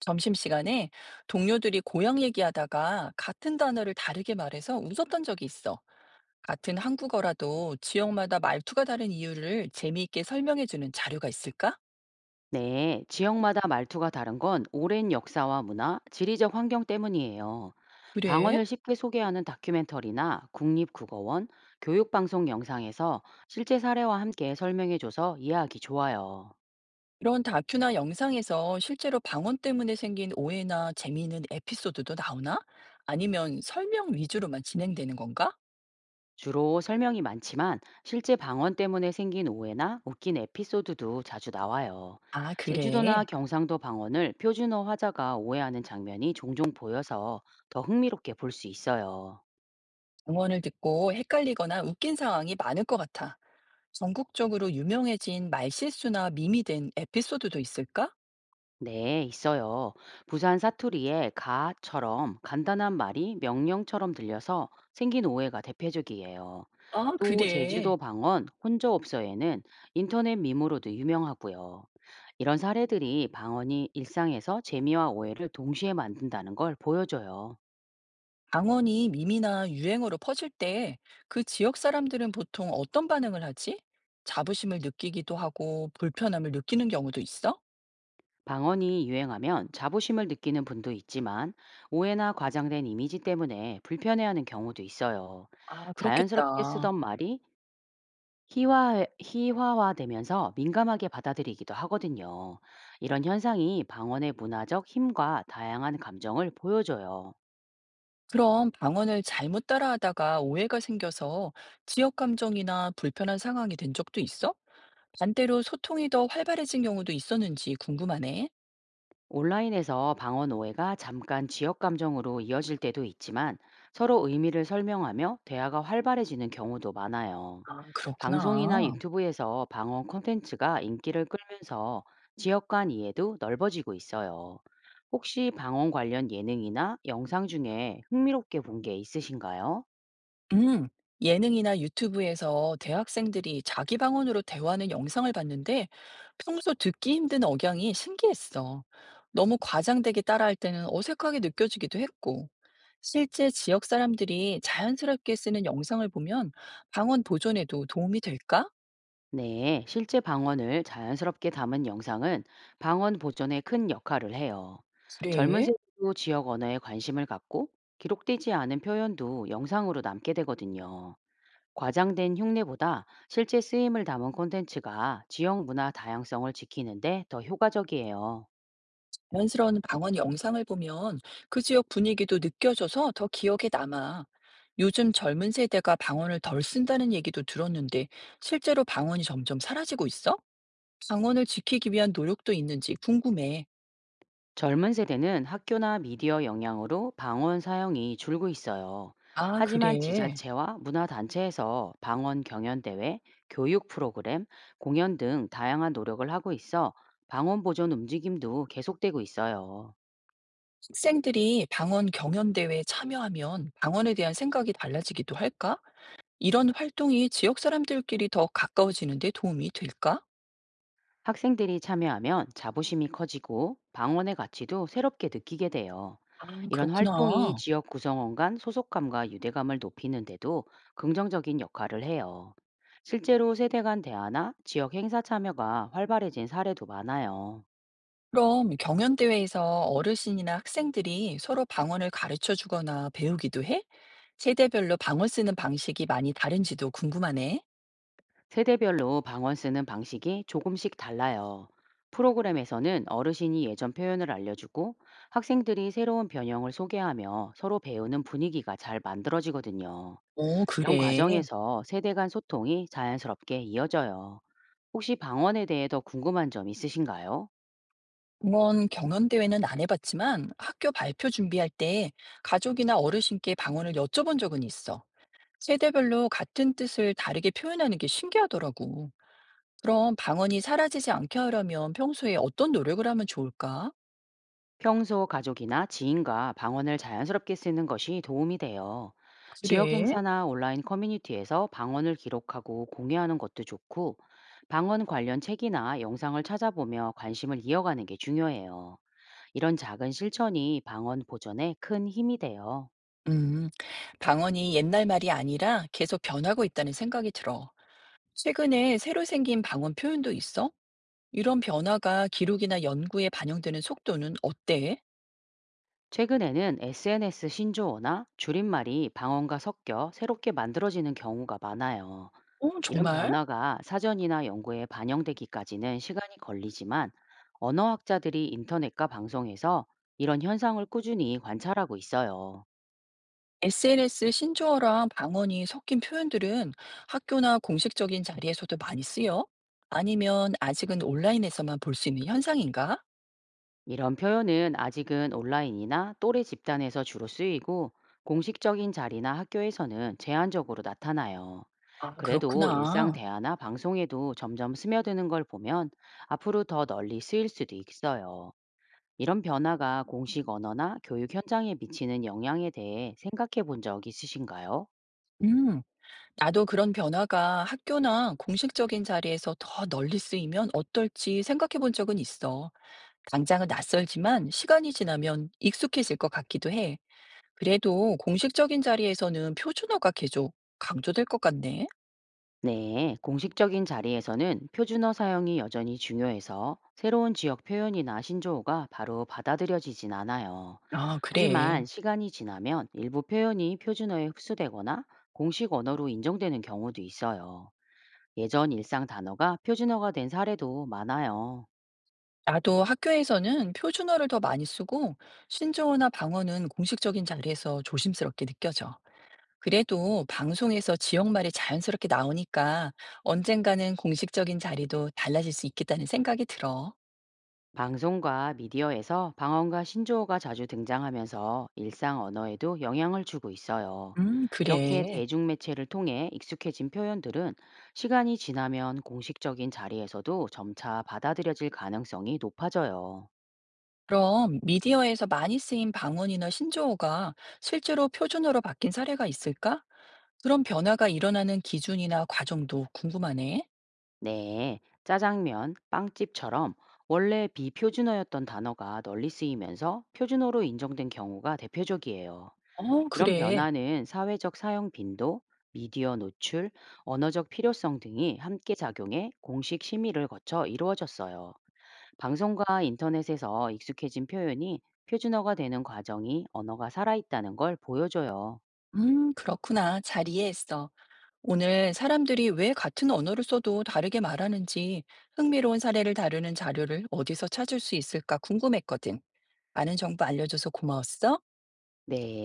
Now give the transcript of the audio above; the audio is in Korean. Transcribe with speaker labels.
Speaker 1: 점심시간에 동료들이 고향 얘기하다가 같은 단어를 다르게 말해서 웃었던 적이 있어. 같은 한국어라도 지역마다 말투가 다른 이유를 재미있게 설명해주는 자료가 있을까?
Speaker 2: 네, 지역마다 말투가 다른 건 오랜 역사와 문화, 지리적 환경 때문이에요.
Speaker 1: 그래?
Speaker 2: 방언을 쉽게 소개하는 다큐멘터리나 국립국어원, 교육방송 영상에서 실제 사례와 함께 설명해줘서 이해하기 좋아요.
Speaker 1: 이런 다큐나 영상에서 실제로 방언 때문에 생긴 오해나 재미있는 에피소드도 나오나? 아니면 설명 위주로만 진행되는 건가?
Speaker 2: 주로 설명이 많지만 실제 방언 때문에 생긴 오해나 웃긴 에피소드도 자주 나와요.
Speaker 1: 아,
Speaker 2: 제주도나
Speaker 1: 그래.
Speaker 2: 경상도 방언을 표준어 화자가 오해하는 장면이 종종 보여서 더 흥미롭게 볼 수 있어요.
Speaker 1: 방언을 듣고 헷갈리거나 웃긴 상황이 많을 것 같아. 전국적으로 유명해진 말실수나 밈이 된 에피소드도 있을까?
Speaker 2: 네, 있어요. 부산 사투리에 가처럼 간단한 말이 명령처럼 들려서 생긴 오해가 대표적이에요.
Speaker 1: 아,
Speaker 2: 또
Speaker 1: 그래.
Speaker 2: 제주도 방언 혼조업소에는 인터넷 밈으로도 유명하고요. 이런 사례들이 방언이 일상에서 재미와 오해를 동시에 만든다는 걸 보여줘요.
Speaker 1: 방언이 밈이나 유행어로 퍼질 때 그 지역 사람들은 보통 어떤 반응을 하지? 자부심을 느끼기도 하고 불편함을 느끼는 경우도 있어?
Speaker 2: 방언이 유행하면 자부심을 느끼는 분도 있지만 오해나 과장된 이미지 때문에 불편해하는 경우도 있어요.
Speaker 1: 아,
Speaker 2: 자연스럽게
Speaker 1: 그렇겠다.
Speaker 2: 쓰던 말이 희화화되면서 민감하게 받아들이기도 하거든요. 이런 현상이 방언의 문화적 힘과 다양한 감정을 보여줘요.
Speaker 1: 그럼 방언을 잘못 따라하다가 오해가 생겨서 지역 감정이나 불편한 상황이 된 적도 있어? 반대로 소통이 더 활발해진 경우도 있었는지 궁금하네.
Speaker 2: 온라인에서 방언 오해가 잠깐 지역 감정으로 이어질 때도 있지만 서로 의미를 설명하며 대화가 활발해지는 경우도 많아요.
Speaker 1: 아,
Speaker 2: 방송이나
Speaker 1: 그렇구나.
Speaker 2: 유튜브에서 방언 콘텐츠가 인기를 끌면서 지역 간 이해도 넓어지고 있어요. 혹시 방언 관련 예능이나 영상 중에 흥미롭게 본 게 있으신가요?
Speaker 1: 음, 예능이나 유튜브에서 대학생들이 자기 방언으로 대화하는 영상을 봤는데 평소 듣기 힘든 억양이 신기했어. 너무 과장되게 따라할 때는 어색하게 느껴지기도 했고, 실제 지역 사람들이 자연스럽게 쓰는 영상을 보면 방언 보존에도 도움이 될까?
Speaker 2: 네, 실제 방언을 자연스럽게 담은 영상은 방언 보존에 큰 역할을 해요. 젊은
Speaker 1: 그래.
Speaker 2: 세대도 지역 언어에 관심을 갖고 기록되지 않은 표현도 영상으로 남게 되거든요. 과장된 흉내보다 실제 쓰임을 담은 콘텐츠가 지역 문화 다양성을 지키는데 더 효과적이에요.
Speaker 1: 자연스러운 방언 영상을 보면 그 지역 분위기도 느껴져서 더 기억에 남아. 요즘 젊은 세대가 방언을 덜 쓴다는 얘기도 들었는데 실제로 방언이 점점 사라지고 있어? 방언을 지키기 위한 노력도 있는지 궁금해.
Speaker 2: 젊은 세대는 학교나 미디어 영향으로 방언 사용이 줄고 있어요.
Speaker 1: 아,
Speaker 2: 하지만
Speaker 1: 그래.
Speaker 2: 지자체와 문화단체에서 방언 경연대회, 교육 프로그램, 공연 등 다양한 노력을 하고 있어 방언 보존 움직임도 계속되고 있어요.
Speaker 1: 학생들이 방언 경연대회에 참여하면 방언에 대한 생각이 달라지기도 할까? 이런 활동이 지역 사람들끼리 더 가까워지는 데 도움이 될까?
Speaker 2: 학생들이 참여하면 자부심이 커지고 방언의 가치도 새롭게 느끼게 돼요.
Speaker 1: 아,
Speaker 2: 이런 활동이
Speaker 1: 그렇구나.
Speaker 2: 지역 구성원 간 소속감과 유대감을 높이는데도 긍정적인 역할을 해요. 실제로 세대 간 대화나 지역 행사 참여가 활발해진 사례도 많아요.
Speaker 1: 그럼 경연대회에서 어르신이나 학생들이 서로 방언을 가르쳐 주거나 배우기도 해? 세대별로 방언 쓰는 방식이 많이 다른지도 궁금하네.
Speaker 2: 세대별로 방언 쓰는 방식이 조금씩 달라요. 프로그램에서는 어르신이 예전 표현을 알려주고 학생들이 새로운 변형을 소개하며 서로 배우는 분위기가 잘 만들어지거든요.
Speaker 1: 어,
Speaker 2: 이런
Speaker 1: 그래.
Speaker 2: 과정에서 세대 간 소통이 자연스럽게 이어져요. 혹시 방언에 대해 더 궁금한 점 있으신가요?
Speaker 1: 이건 경연대회는 안 해봤지만 학교 발표 준비할 때 가족이나 어르신께 방언을 여쭤본 적은 있어. 세대별로 같은 뜻을 다르게 표현하는 게 신기하더라고. 그럼 방언이 사라지지 않게 하려면 평소에 어떤 노력을 하면 좋을까?
Speaker 2: 평소 가족이나 지인과 방언을 자연스럽게 쓰는 것이 도움이 돼요. 지역
Speaker 1: 그래.
Speaker 2: 행사나 온라인 커뮤니티에서 방언을 기록하고 공유하는 것도 좋고, 방언 관련 책이나 영상을 찾아보며 관심을 이어가는 게 중요해요. 이런 작은 실천이 방언 보존에 큰 힘이 돼요.
Speaker 1: 음, 방언이 옛날 말이 아니라 계속 변하고 있다는 생각이 들어. 최근에 새로 생긴 방언 표현도 있어? 이런 변화가 기록이나 연구에 반영되는 속도는 어때?
Speaker 2: 최근에는 SNS 신조어나 줄임말이 방언과 섞여 새롭게 만들어지는 경우가 많아요.
Speaker 1: 어,
Speaker 2: 이런
Speaker 1: 정말?
Speaker 2: 변화가 사전이나 연구에 반영되기까지는 시간이 걸리지만 언어학자들이 인터넷과 방송에서 이런 현상을 꾸준히 관찰하고 있어요.
Speaker 1: SNS 신조어랑 방언이 섞인 표현들은 학교나 공식적인 자리에서도 많이 쓰여? 아니면 아직은 온라인에서만 볼 수 있는 현상인가?
Speaker 2: 이런 표현은 아직은 온라인이나 또래 집단에서 주로 쓰이고 공식적인 자리나 학교에서는 제한적으로 나타나요.
Speaker 1: 아,
Speaker 2: 그래도 일상
Speaker 1: 그렇구나.
Speaker 2: 대화나 방송에도 점점 스며드는 걸 보면 앞으로 더 널리 쓰일 수도 있어요. 이런 변화가 공식 언어나 교육 현장에 미치는 영향에 대해 생각해 본 적 있으신가요?
Speaker 1: 음. 나도 그런 변화가 학교나 공식적인 자리에서 더 널리 쓰이면 어떨지 생각해 본 적은 있어. 당장은 낯설지만 시간이 지나면 익숙해질 것 같기도 해. 그래도 공식적인 자리에서는 표준어가 계속 강조될 것 같네.
Speaker 2: 네, 공식적인 자리에서는 표준어 사용이 여전히 중요해서 새로운 지역 표현이나 신조어가 바로 받아들여지진 않아요.
Speaker 1: 아, 그래.
Speaker 2: 하지만 시간이 지나면 일부 표현이 표준어에 흡수되거나 공식 언어로 인정되는 경우도 있어요. 예전 일상 단어가 표준어가 된 사례도 많아요.
Speaker 1: 나도 학교에서는 표준어를 더 많이 쓰고 신조어나 방언은 공식적인 자리에서 조심스럽게 느껴져. 그래도 방송에서 지역말이 자연스럽게 나오니까 언젠가는 공식적인 자리도 달라질 수 있겠다는 생각이 들어.
Speaker 2: 방송과 미디어에서 방언과 신조어가 자주 등장하면서 일상 언어에도 영향을 주고 있어요. 이렇게
Speaker 1: 그래.
Speaker 2: 대중매체를 통해 익숙해진 표현들은 시간이 지나면 공식적인 자리에서도 점차 받아들여질 가능성이 높아져요.
Speaker 1: 그럼 미디어에서 많이 쓰인 방언이나 신조어가 실제로 표준어로 바뀐 사례가 있을까? 그런 변화가 일어나는 기준이나 과정도 궁금하네.
Speaker 2: 네, 짜장면, 빵집처럼 원래 비표준어였던 단어가 널리 쓰이면서 표준어로 인정된 경우가 대표적이에요.
Speaker 1: 어,
Speaker 2: 이런
Speaker 1: 그래.
Speaker 2: 변화는 사회적 사용 빈도, 미디어 노출, 언어적 필요성 등이 함께 작용해 공식 심의를 거쳐 이루어졌어요. 방송과 인터넷에서 익숙해진 표현이 표준어가 되는 과정이 언어가 살아있다는 걸 보여줘요.
Speaker 1: 그렇구나. 잘 이해했어. 오늘 사람들이 왜 같은 언어를 써도 다르게 말하는지 흥미로운 사례를 다루는 자료를 어디서 찾을 수 있을까 궁금했거든. 많은 정보 알려줘서 고마웠어.
Speaker 2: 네.